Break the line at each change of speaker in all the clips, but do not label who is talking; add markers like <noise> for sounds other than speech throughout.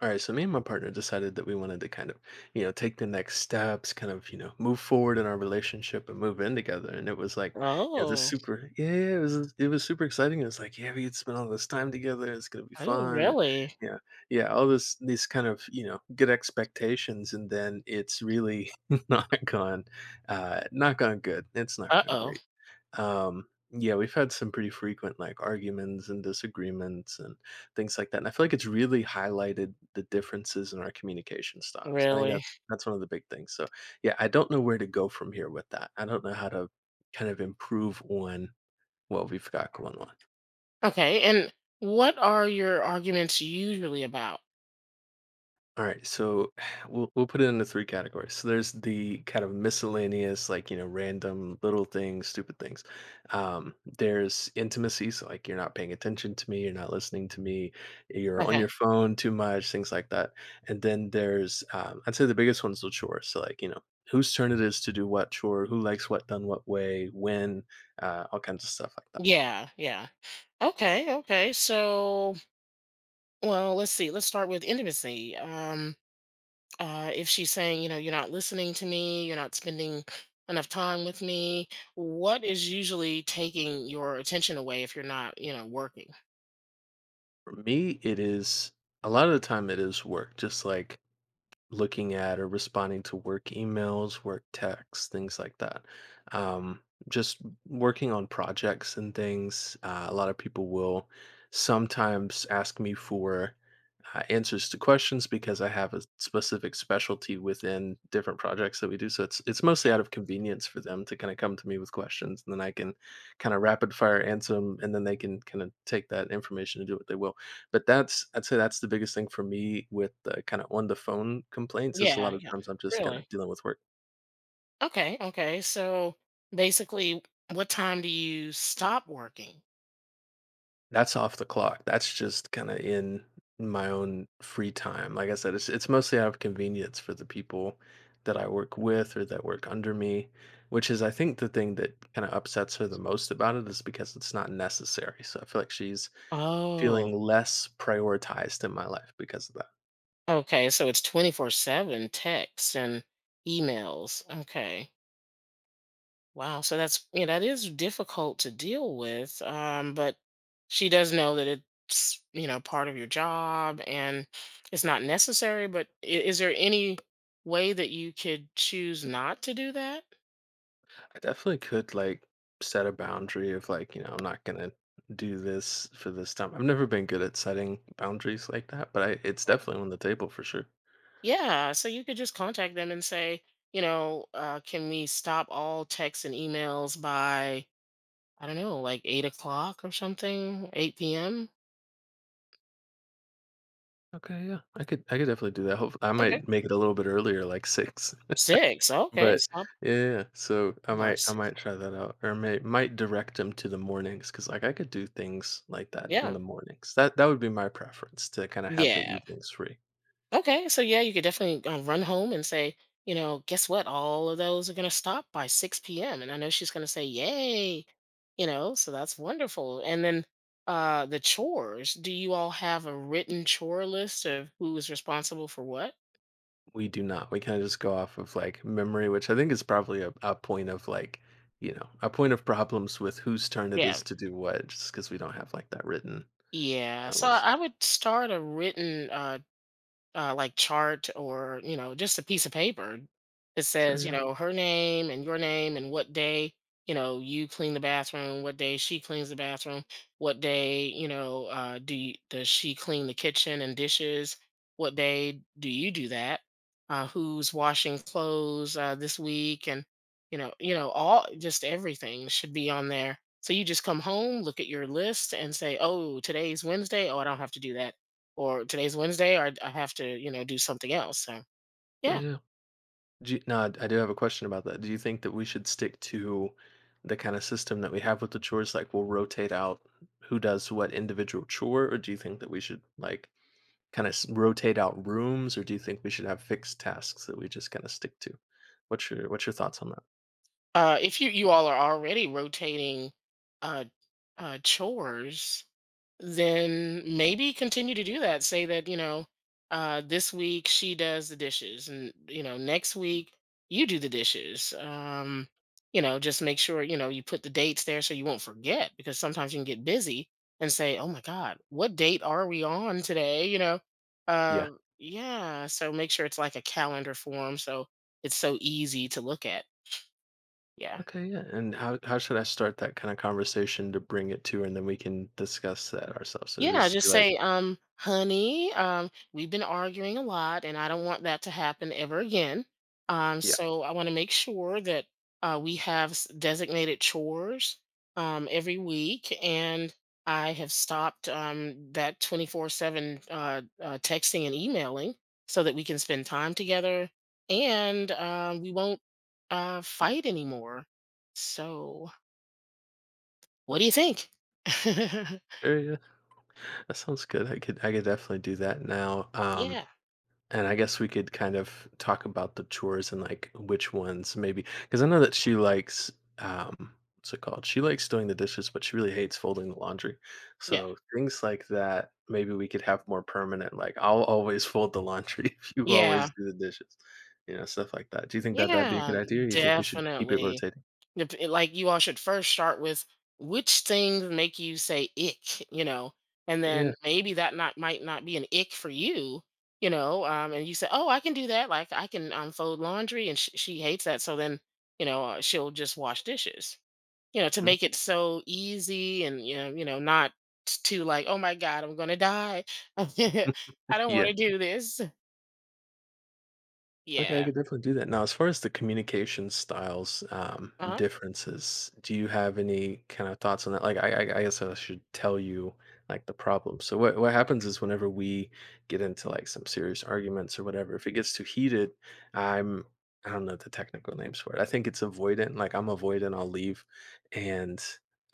All right, so me and my partner decided that we wanted to take the next steps, move forward in our relationship and move in together. And it was like, this
Oh,
super, it was super exciting. It was like, yeah, we could spend all this time together. It's gonna be
oh,
fun.
really?
Yeah, yeah, all this these kind of, you know, good expectations, and then it's really <laughs> not gone, not gone good. It's not gone
Uh-oh,
great. Yeah, we've had some pretty frequent like arguments and disagreements, and things like that, and I feel like it's really highlighted the differences in our communication styles. I think
really?
that's one of the big things. So, yeah, I don't know where to go from here with that. I don't know how to kind of improve on what we've got going on.
Okay, and what are your arguments usually about?
All right, so <sighs> we'll put it into three categories. So there's the kind of miscellaneous, like you know, random little things, stupid things. There's intimacy, so like you're not paying attention to me, you're not listening to me, you're on your
Okay.
phone too much, things like that. And then there's I'd say the biggest one's the chores. So like you know, whose turn it is to do what chore, who likes what done what way, when, all kinds of stuff like that.
Yeah, yeah. Okay, okay. So, well, let's see. Let's start with intimacy. If she's saying, you know, you're not listening to me, you're not spending enough time with me, what is usually taking your attention away if you're not, you know, working?
For me, it is a lot of the time it is work, just like looking at or responding to work emails, work texts, things like that. Um, just working on projects and things. A lot of people will sometimes ask me for answers to questions because I have a specific specialty within different projects that we do. So it's mostly
Yeah.
out of convenience for them to kind of come to me with questions, and then I can kind of rapid fire answer them, and then they can kind of take that information and do what they will. But that's I'd say that's the biggest thing for me with the kinda on the phone complaints is a
Yeah,
lot of
yeah.
times I'm just kinda
Really?
dealing with work.
Okay, okay. So basically, what time do you stop working?
That's off the clock. That's just kinda in my own free time. Like I said, it's mostly out of convenience for the people that I work with or that work under me, which is I think the thing that kinda upsets her the most about it is because it's not necessary. So I feel like she's
Oh,
feeling less prioritized in my life because of that.
okay. So it's 24/7 texts and emails. Okay. Wow. So that's, yeah, that is difficult to deal with. But she does know that it's, you know, part of your job and it's not necessary, but is there any way that you could choose not to do that?
I definitely could like set a boundary of like, you know, I'm not gonna do this for this time. I've never been good at setting boundaries like that, but I it's definitely on the table for sure.
Yeah, so you could just contact them and say, you know, can we stop all texts and emails by, I don't know, like 8 o'clock or something, 8 p.m.?
Okay, yeah. I could definitely do that. Hope I
Okay.
might make it a little bit earlier, like six.
Six. Okay,
But
stop
yeah, so I
by
might
six.
try that out or may might direct them to the mornings because like, I could do things like that in the
Yeah.
mornings. That would be my preference to kinda have the
Yeah.
evenings free.
Okay, so yeah, you could definitely run home and say, you know, guess what? All of those are going to stop by 6 p.m. And I know she's going to say, yay, you know, so that's wonderful. And then the chores, do you all have a written chore list of who is responsible for what?
We do not. We kinda just go off of, like, memory, which I think is probably a point of, like, you know, a point of problems with whose turn it is
Yeah.
to do what just because we don't have, like, that written
Yeah.
out
So
list.
I would start a written like chart, or, you know, just a piece of paper that
Sure,
says, you
yeah.
know, her name and your name, and what day, you know, you clean the bathroom, what day she cleans the bathroom, what day, you know, does she clean the kitchen and dishes, what day do you do that, who's washing clothes this week, and, you know, you know, all, just everything should be on there. So you just come home, look at your list, and say, oh, today's Wednesday, oh, I don't have to do that, or today's Wednesday, or I have to, you know, do something else. So
Yeah,
yeah,
yeah. Do you, no, I do have a question about that. Do you think that we should stick to the kind of system that we have with the chores? Like we'll rotate out who does what individual chore, or do you think that we should like kind of rotate out rooms, or do you think we should have fixed tasks that we just kind of stick to? What's your thoughts on that?
if you, you all are already rotating uh, chores, then maybe continue to do that. Say that, you know, this week she does the dishes, and, you know, next week you do the dishes. You know, just make sure, you know, you put the dates there so you won't forget, because sometimes you can get busy and say, oh my God, what date are we on today? You know, uh,
Yeah.
yeah. So make sure it's like a calendar form so it's so easy to look at. Yeah.
Okay, yeah. And how should I start that kind of conversation to bring it to her, and then we can discuss that ourselves. So
Yeah,
just be
just
like,
say, honey, we've been arguing a lot, and I don't want that to happen ever again.
yeah,
So I want to make sure that we have designated chores every week, and I have stopped that 24/7 texting and emailing so that we can spend time together, and we won't fight anymore. So, what do you think? <laughs>
sure, yeah, that sounds good. I could definitely do that now.
yeah,
And I guess we could kind of talk about the chores and like which ones maybe because I know that she likes what's it called? She likes doing the dishes, but she really hates folding the laundry.
yeah,
So things like that, maybe we could have more permanent, like I'll always fold the laundry <laughs> if you always
yeah.
do the dishes. You know, stuff like that. Do you think that that'd be a good
Yeah,
idea? Or you think we should keep it
definitely.
rotating?
Like you all should first start with which things make you say ick, you know, and then
Yeah.
maybe that, not, might not be an ick for you, you know, and you say, oh, I can do that. Like I can, fold laundry, and she hates that. So then, you know, she'll just wash dishes, you know, to
Mhm.
make it so easy, and, you know, not too like, oh my God, I'm gonna die. <laughs> I
<laughs>
don't
yeah.
want to do this.
Okay, I
Yeah.
could definitely do that. Now, as far as the communication styles
Uh huh.
differences, do you have any kind of thoughts on that? Like, I guess I should tell you like the problem. So, what happens is whenever we get into like some serious arguments or whatever, if it gets too heated, I'm I don't know the technical names for it. I think it's avoidant. Like, I'm avoidant. I'll leave, and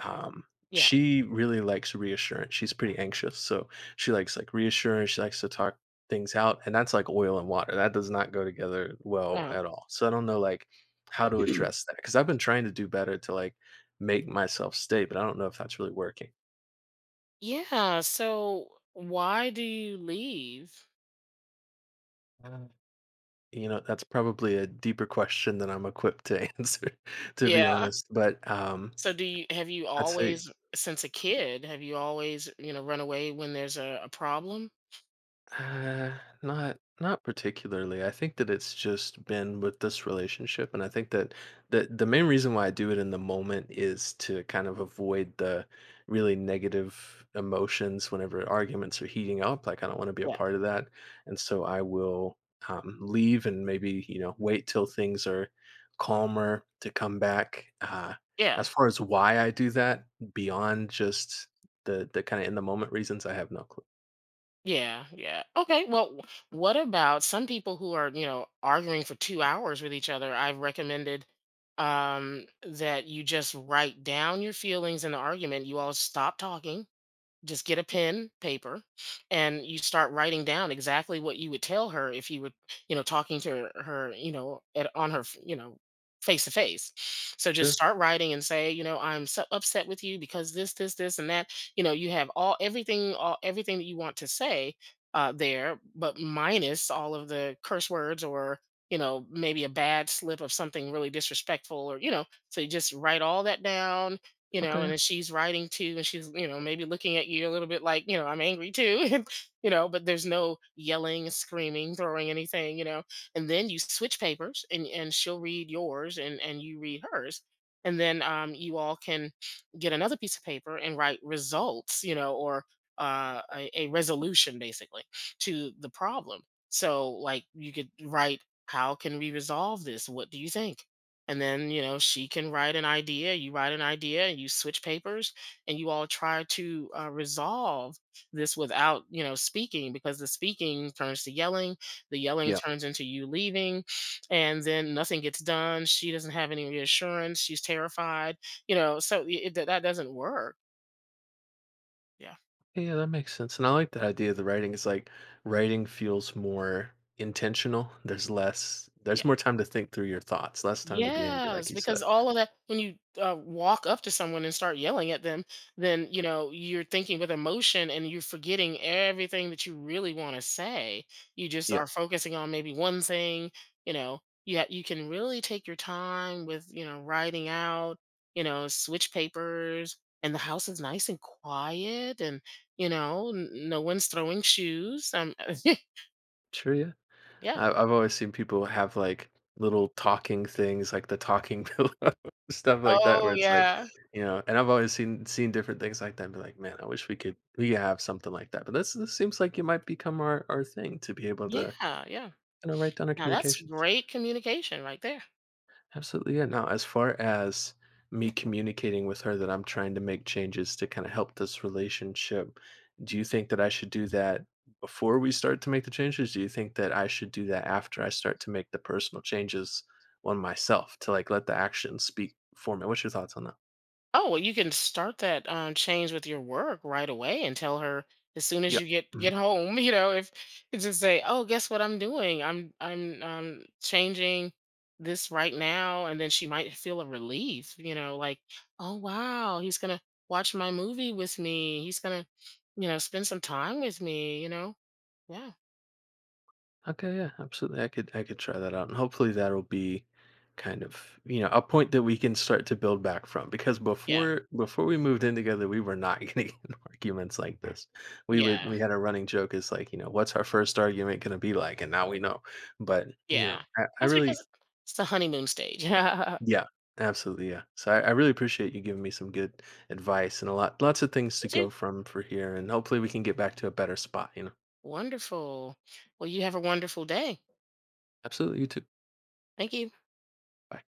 um,
Yeah.
she really likes reassurance. She's pretty anxious, so she likes like reassurance. She likes to talk things out, and that's like oil and water. That does not go together well
Uh
at all. So I don't know like how to
huh.
address that because I've been trying to do better to like make myself stay, but I don't know if that's really working.
Yeah, so why do you leave?
Uh, you know, that's probably a deeper question than I'm equipped to <laughs> answer, to be
Yeah.
honest. But
So do you have you
I'd say
always, since a kid, have you always, you know, run away when there's a problem?
Not not particularly. I think that it's just been with this relationship, and I think that the main reason why I do it in the moment is to kind of avoid the really negative emotions whenever arguments are heating up. Like I don't want to be a
Yeah.
part of that, and so I will leave and maybe you know wait till things are calmer to come back. As
Yeah.
far as why I do that, beyond just the kind of in the moment reasons, I have no clue.
Yeah, yeah. Okay. Well, what about some people who are, you know, arguing for 2 hours with each other? I've recommended that you just write down your feelings in the argument. You all stop talking. Just get a pen, paper, and you start writing down exactly what you would tell her if you were, you know, talking to her, you know, at, on her, you know, face to face. So just
Sure.
start writing and say, you know, I'm so upset with you because this, and that. You know, you have all everything that you want to say there, but minus all of the curse words, or, you know, maybe a bad slip of something really disrespectful, or, you know, so you just write all that down, you
Okay.
know, and
Yeah.
then she's writing too, and she's, you know, maybe looking at you a little bit like, you know, I'm angry too, <laughs> and, you know, but there's no yelling, screaming, throwing anything, you know. And then you switch papers, and she'll read yours, and you read hers. And then you all can get another piece of paper and write results, you know, or a resolution, basically, to the problem. So, like, you could write, how can we resolve this? What do you think? And then, you know, she can write an idea, you write an idea, and you switch papers, and you all try to resolve this without, you know, speaking, because the speaking turns to yelling, the yelling
Yeah.
turns into you leaving, and then nothing gets done. She doesn't have any reassurance. She's terrified, you know, so that doesn't work. Yeah.
Yeah, that makes sense. And I like that idea of the writing. It's like writing feels more intentional. There's more time to think through your thoughts, less time to be angry, like
Yes,
you said.
because all of that, when you walk up to someone and start yelling at them, then, you know, you're thinking with emotion and you're forgetting everything that you really want to say. You just
Yeah,
are focusing on maybe one thing. You know, you can really take your time with, you know, writing out. You know, switch papers, and the house is nice and quiet, and, you know, no one's throwing shoes.
sure. Yeah.
<laughs> Yeah.
I've always seen people have like little talking things, like the talking <laughs> pillow, stuff like that, where
Oh
it's like,
yeah.
you know, and I've always seen different things like that and be like, man, I wish we could have something like that. But this seems like it might become our thing to be able to,
Yeah. Yeah.
you know, write down our
Now that's
communications.
great communication right there.
Absolutely. Yeah. Now, as far as me communicating with her that I'm trying to make changes to kind of help this relationship, do you think that I should do that before we start to make the changes? Do you think that I should do that after I start to make the personal changes on myself to like let the action speak for me? What's your thoughts on that?
Oh, well, you can start that change with your work right away and tell her as soon as
Yeah.
you get home. <laughs> You know, if you just say, "Oh, guess what I'm doing? I'm changing this right now," and then she might feel a relief. You know, like, "Oh wow, he's gonna watch my movie with me. He's gonna, you know, spend some time with me." You know, yeah,
Okay, yeah, absolutely. I could try that out, and hopefully that'll be kind of you know a point that we can start to build back from. Because
yeah,
before we moved in together, we were not <laughs> getting in arguments like this.
yeah,
We had a running joke is like you know what's our first argument going to be like, and now we know. But you know,
yeah.
I
That's
really
because it's the honeymoon stage. <laughs>
yeah, absolutely yeah. So I really appreciate you giving me some good advice and a lots of things to
But
go from for here, and hopefully we can get back to a better spot. You know,
wonderful. Well, you have a wonderful day.
absolutely. You too.
Thank you.
Bye.